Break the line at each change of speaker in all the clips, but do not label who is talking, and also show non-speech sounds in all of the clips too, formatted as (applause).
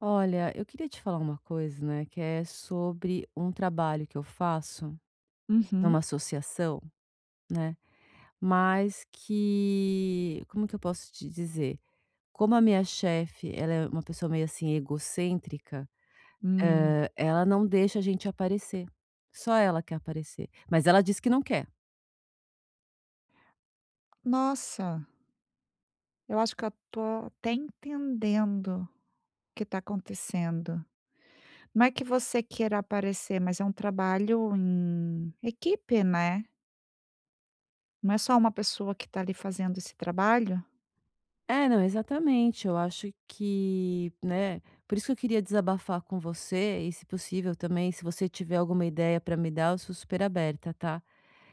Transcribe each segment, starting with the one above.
Olha, eu queria te falar uma coisa, né, que é sobre um trabalho que eu faço numa
Uhum.
associação, né, mas que como que eu posso te dizer? Como a minha chefe, ela é uma pessoa meio, assim, egocêntrica,
Hum.
ela não deixa a gente aparecer. Só ela quer aparecer, mas ela diz que não quer.
Nossa, eu acho que eu tô até entendendo o que está acontecendo. Não é que você queira aparecer, mas é um trabalho em equipe, né. Não é só uma pessoa que está ali fazendo esse trabalho?
É, não, exatamente, eu acho que, né, por isso que eu queria desabafar com você e, se possível também, se você tiver alguma ideia para me dar, eu sou super aberta, tá?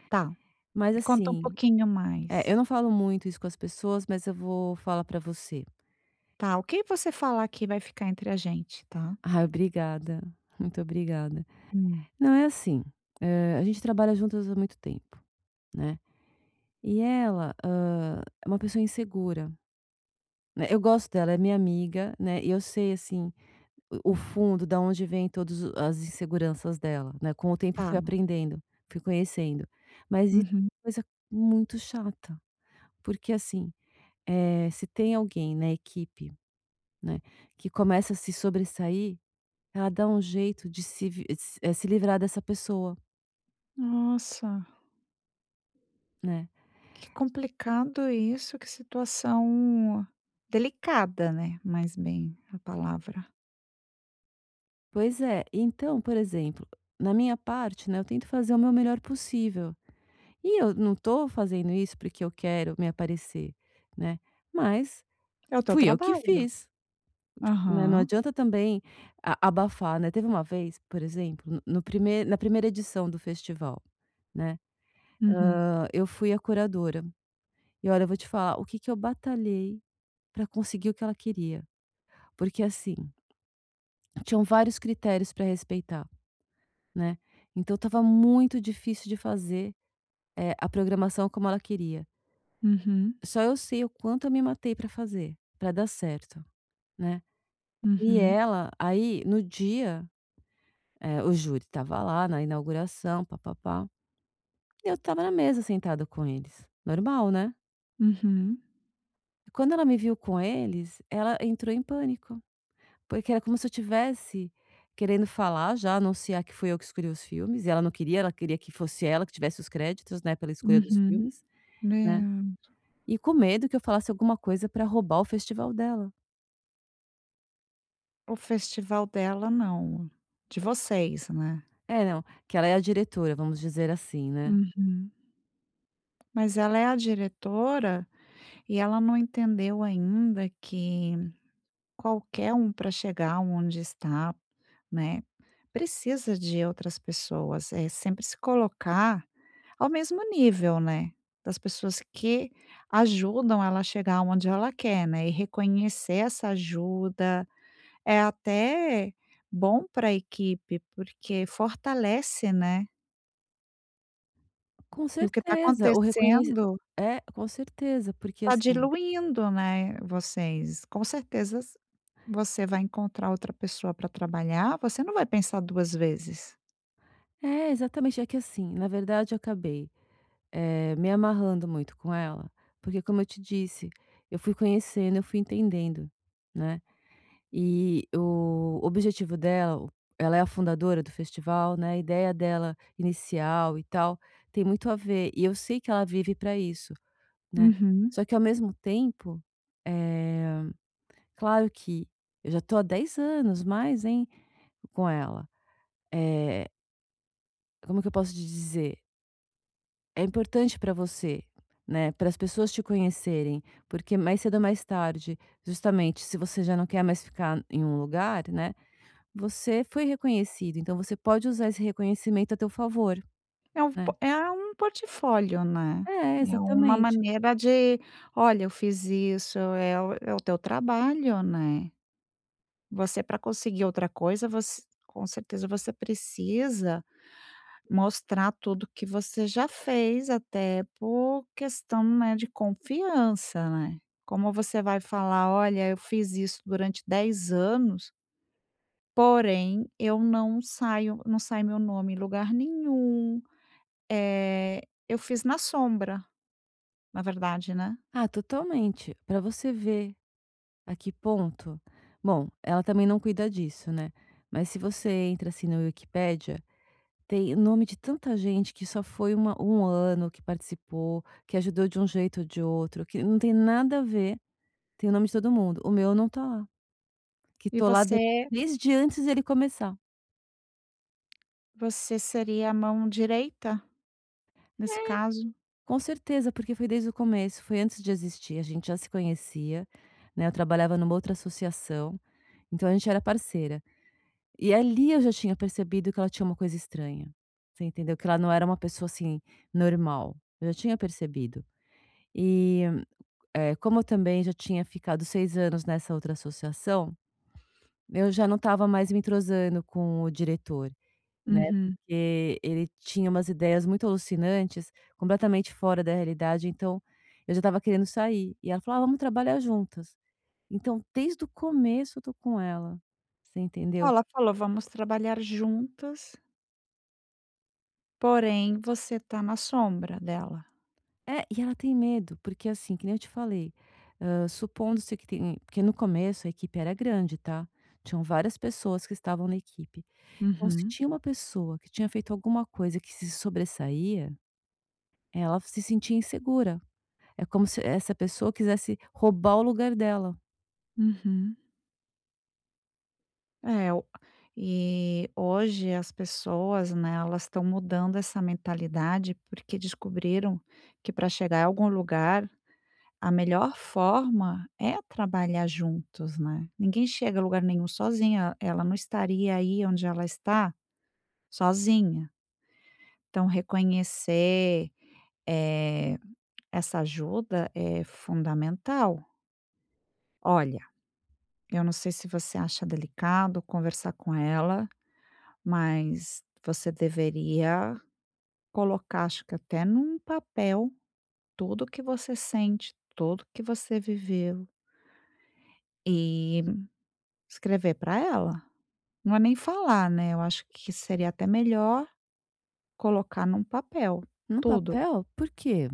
Tá,
Mas
me conta um
assim,
pouquinho
é,
mais.
eu não falo muito isso com as pessoas, mas eu vou falar pra você.
Tá, o que você falar aqui vai ficar entre a gente, tá?
Ah, obrigada, muito obrigada.
Hum.
Não, é assim, a gente trabalha juntas há muito tempo, né, e ela, é uma pessoa insegura, né, eu gosto dela, é minha amiga, né, e eu sei, assim, o fundo da onde vem todas o as inseguranças dela, né, com o tempo eu fui
Tá.
aprendendo, fui conhecendo. Mas isso é
Uhum.
uma coisa muito chata, porque assim, se tem alguém na equipe, né, que começa a se sobressair, ela dá um jeito de se vi se eh, se livrar dessa pessoa,
Nossa,
né.
que complicado isso, que situação delicada, né, mais bem a palavra.
Pois é, então, por exemplo, na minha parte, né, eu tento fazer o meu melhor possível. E eu não tô fazendo isso porque eu quero me aparecer, né, mas
É o teu
fui eu que
trabalho.
fiz, né, não
Aham.
adianta também a abafar, né. Teve uma vez, por exemplo, no no primeiro na primeira edição do festival, né,
Uhum,
eu fui a curadora. E olha, eu vou te falar o que que eu batalhei para conseguir o que ela queria, porque, assim, tinham vários critérios para respeitar, né. Então estava muito difícil de fazer, a programação como ela queria.
uhum,
Só eu sei o quanto eu me matei para fazer, para dar certo, né. E
uhum,
ela aí, no dia, o júri estava lá na inauguração, pá-pá-pá, e eu estava na mesa sentada com eles, normal, né.
uhum,
Quando ela me viu com eles, ela entrou em pânico. Porque era como se eu tivesse querendo falar já, anunciar que fui eu que escolhi os filmes, e ela não queria, ela queria que fosse ela que tivesse os créditos, né, pela escolha dos
uhum.
filmes, né.
É.
E com medo que eu falasse alguma coisa pra roubar o festival dela.
O festival dela não, de vocês, né.
É, não, que ela é a diretora, vamos dizer assim, né.
Uhum. Mas ela é a diretora e ela não entendeu ainda que qualquer um para chegar onde está, né, precisa de outras pessoas, é sempre se colocar ao mesmo nível, né, das pessoas que ajudam ela a chegar onde ela quer, né, e reconhecer essa ajuda é até bom para a equipe, porque fortalece, né,
Com
e o que está
certeza, o reconheci
acontecendo
é, com certeza, porque
está
assim
diluindo, né, vocês. Com certeza s você vai encontrar outra pessoa para trabalhar, você não vai pensar 2 vezes.
é, exatamente, é que assim, na verdade eu acabei, me amarrando muito com ela, porque como eu te disse, eu fui conhecendo, eu fui entendendo, né. E o objetivo dela o- Ela é a fundadora do festival, né, a ideia dela inicial e tal, tem muito a ver, e eu sei que ela vive para isso, né.
Uhum.
Só que ao mesmo tempo, eh, claro que eu já tô há 10 anos mais, hein, com ela. Eh, Como que eu posso te dizer? É importante para você, né, para as pessoas te conhecerem, porque mais cedo ou mais tarde, justamente, se você já não quer mais ficar em um lugar, né, você foi reconhecido, então você pode usar esse reconhecimento a teu favor,
É um
né.
po é um portfólio, né,
É,
é uma
exatamente.
maneira de: "Olha, eu fiz isso", é o teu trabalho, né. Você para conseguir outra coisa, você com certeza você precisa mostrar tudo que você já fez, até por questão, né, de confiança, né. Como você vai falar: "Olha, eu fiz isso durante 10 anos, porém eu não sai meu nome em lugar nenhum. É, eu fiz na sombra". Na verdade, né.
Ah, totalmente. Para você ver a que ponto, bom, ela também não cuida disso, né, mas se você entra, assim, no Wikipedia, tem nome de tanta gente que só foi uma 1 ano, que participou, que ajudou de um jeito ou de outro, que não tem nada a ver, tem o nome de todo mundo. O meu não tá lá, que
E
tô lá de
você
desde antes dele começar.
você seria a mão direita nesse caso?
Com certeza, porque foi desde o começo, foi antes de existir, a gente já se conhecia, né, eu trabalhava numa outra associação, então a gente era parceira. E ali eu já tinha percebido que ela tinha uma coisa estranha, você entendeu? Que ela não era uma pessoa, assim, normal, eu já tinha percebido. E, como eu também já tinha ficado 6 anos nessa outra associação, eu já não estava mais me entrosando com o diretor. Né,
Uhum.
porque ele tinha umas ideias muito alucinantes, completamente fora da realidade, então eu já estava querendo sair. E ela falou: "Ah, vamos trabalhar juntas". Então desde o começo eu tô com ela, você entendeu?
Ela falou: "Vamos trabalhar juntas, porém você tá na sombra dela".
É, e ela tem medo, porque assim, que nem eu te falei, supondo-se que tem porque no começo a equipe era grande, tá, tinham várias pessoas que estavam na equipe. Então se
Uhum,
tinha uma pessoa que tinha feito alguma coisa que se sobressaía, ela se sentia insegura. É como se essa pessoa quisesse roubar o lugar dela.
uhum. É, o e hoje as pessoas, né, elas estão mudando essa mentalidade, porque descobriram que para chegar a algum lugar, a melhor forma é trabalhar juntos, né. Ninguém chega a lugar nenhum sozinha, ela não estaria aí onde ela está sozinha. Então reconhecer, eh, essa ajuda é fundamental. Olha, eu não sei se você acha delicado conversar com ela, mas você deveria colocar, acho que até num papel, tudo que você sente, tudo que você viveu e escrever para ela. Não é nem falar, né, eu acho que seria até melhor colocar num papel,
No
tudo.
papel, por quê?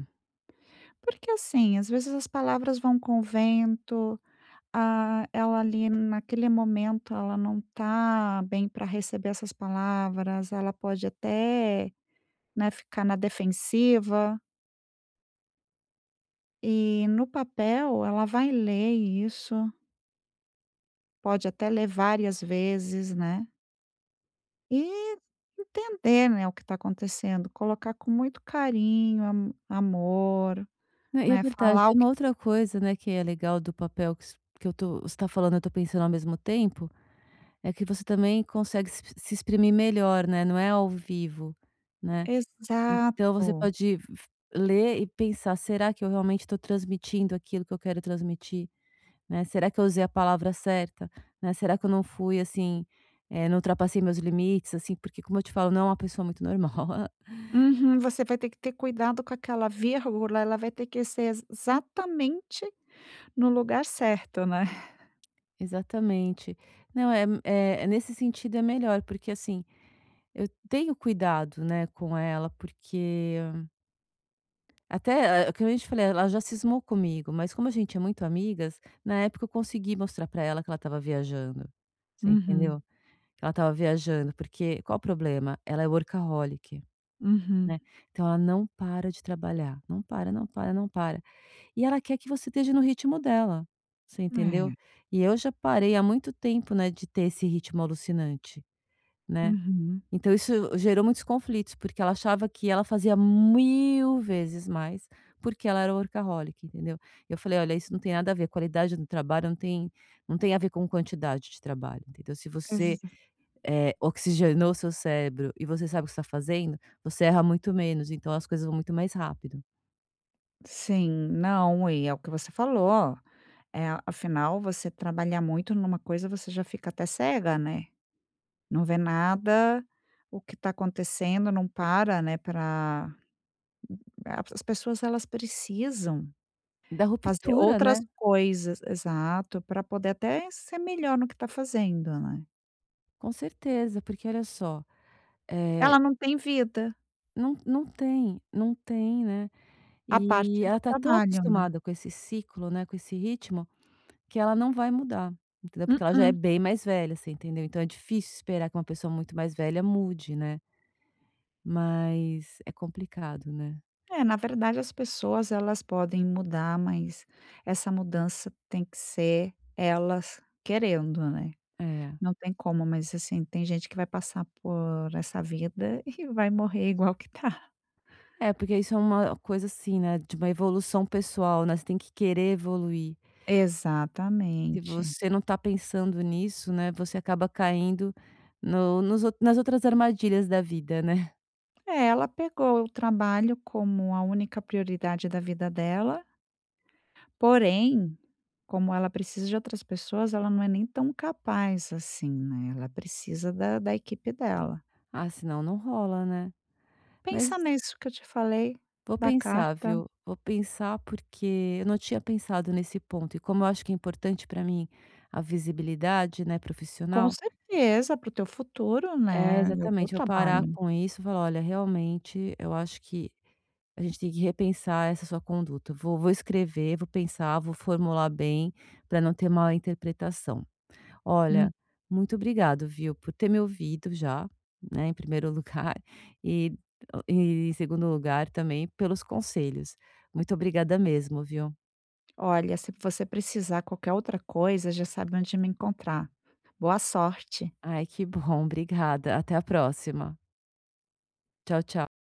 Porque, assim, às vezes as palavras vão com o vento. Ah, ela ali naquele momento ela não tá bem para receber essas palavras, ela pode até, né, ficar na defensiva, e no papel ela vai ler isso, pode até ler várias vezes, né, e entender, né, o que está acontecendo, colocar com muito carinho, am amor,
Né, e é
né,
verdade,
falar o
tem
que.
uma outra coisa, né, que é legal do papel que s que eu tô você tá falando, eu tô pensando ao mesmo tempo, é que você também consegue se exprimir melhor, né, não é ao vivo, né. Então você
Exato.
pode f ler e pensar: "Será que eu realmente estou transmitindo aquilo que eu quero transmitir?", né. "Será que eu usei a palavra certa?", né, "Será que eu não fui, assim, não ultrapassei meus limites?", assim, porque como eu te falo, não é uma pessoa muito normal. (laughs)
Uhum, você vai ter que ter cuidado com aquela vírgula, ela vai ter que ser exatamente no lugar certo, né.
Exatamente. Não, é nesse sentido é melhor, porque, assim, eu tenho cuidado, né, com ela, porque até, como eu te falei, ela já cismou comigo, mas como a gente é muito amigas, na época eu consegui mostrar pra ela que ela estava viajando, você
Uhum,
entendeu? Que ela estava viajando, porque qual o problema? Ela é workaholic,
uhum.
né, então ela não para de trabalhar, não para, não para, não para. E ela quer que você esteja no ritmo dela, você entendeu?
É,
E eu já parei há muito tempo, né, de ter esse ritmo alucinante, né.
uhum.
Então isso gerou muitos conflitos, porque ela achava que ela fazia 1000 vezes mais, porque ela era workaholic, entendeu. Eu falei: "Olha, isso não tem nada a ver, qualidade do trabalho não tem a ver com quantidade de trabalho, entendeu. Se você,
Exa
oxigenou seu cérebro e você sabe o que está fazendo, você erra muito menos, então as coisas vão muito mais rápido".
Sim, não, e é o que você falou. É, afinal você trabalhar muito numa coisa, você já fica até cega, né, não vê nada, o que está acontecendo não para, né. Para as pessoas elas precisam
Da
fazer
ruptura,
outras
né.
coisas, exato, para poder até ser melhor no que está fazendo, né.
Com certeza, porque olha só, eh,
Ela não tem vida,
não não tem, não tem, né,
a
e
parte
ela
do
tá tão
trabalho, né.
acostumada com esse ciclo, né, com esse ritmo, que ela não vai mudar, entendeu, porque ela já é
Mm.
bem mais velha, você entendeu, então é difícil esperar que uma pessoa muito mais velha mude, né, mas é complicado, né.
É, na verdade as pessoas elas podem mudar, mas essa mudança tem que ser elas querendo, né.
É.
Não tem como, mas assim, tem gente que vai passar por essa vida (laughs) e vai morrer igual que tá.
É, porque isso é uma coisa assim, né, de uma evolução pessoal, né, você tem que querer evoluir. Se
Exatamente.
você não está pensando nisso, né, você acaba caindo no nos ou nas outras armadilhas da vida, né.
É, ela pegou o trabalho como a única prioridade da vida dela, porém, como ela precisa de outras pessoas, ela não é nem tão capaz assim, né, ela precisa da equipe dela.
(laughs) "Ah, senão não rola, né". Mas
Pensa nisso que eu te falei,
vou
da
pensar,
carta,
viu, vou pensar porque eu não tinha pensado nesse ponto e como eu acho que é importante para mim a visibilidade, né,
com
profissional,
certeza, para o teu futuro,
é,
né, e o teu
exatamente, vou parar
trabalho.
com isso e falar: "Olha, realmente eu acho que a gente tem que repensar essa sua conduta". Vou escrever, vou pensar, vou formular bem para não ter mal interpretação.
Hum.
Olha, muito obrigado, viu, por ter me ouvido já, né, em primeiro (laughs) lugar, e em segundo lugar também pelos conselhos. Muito obrigada mesmo, viu.
Olha, se você precisar qualquer outra coisa, já sabe onde me encontrar. Boa sorte.
Ai, que bom, obrigada. Até a próxima. Tchau, tchau.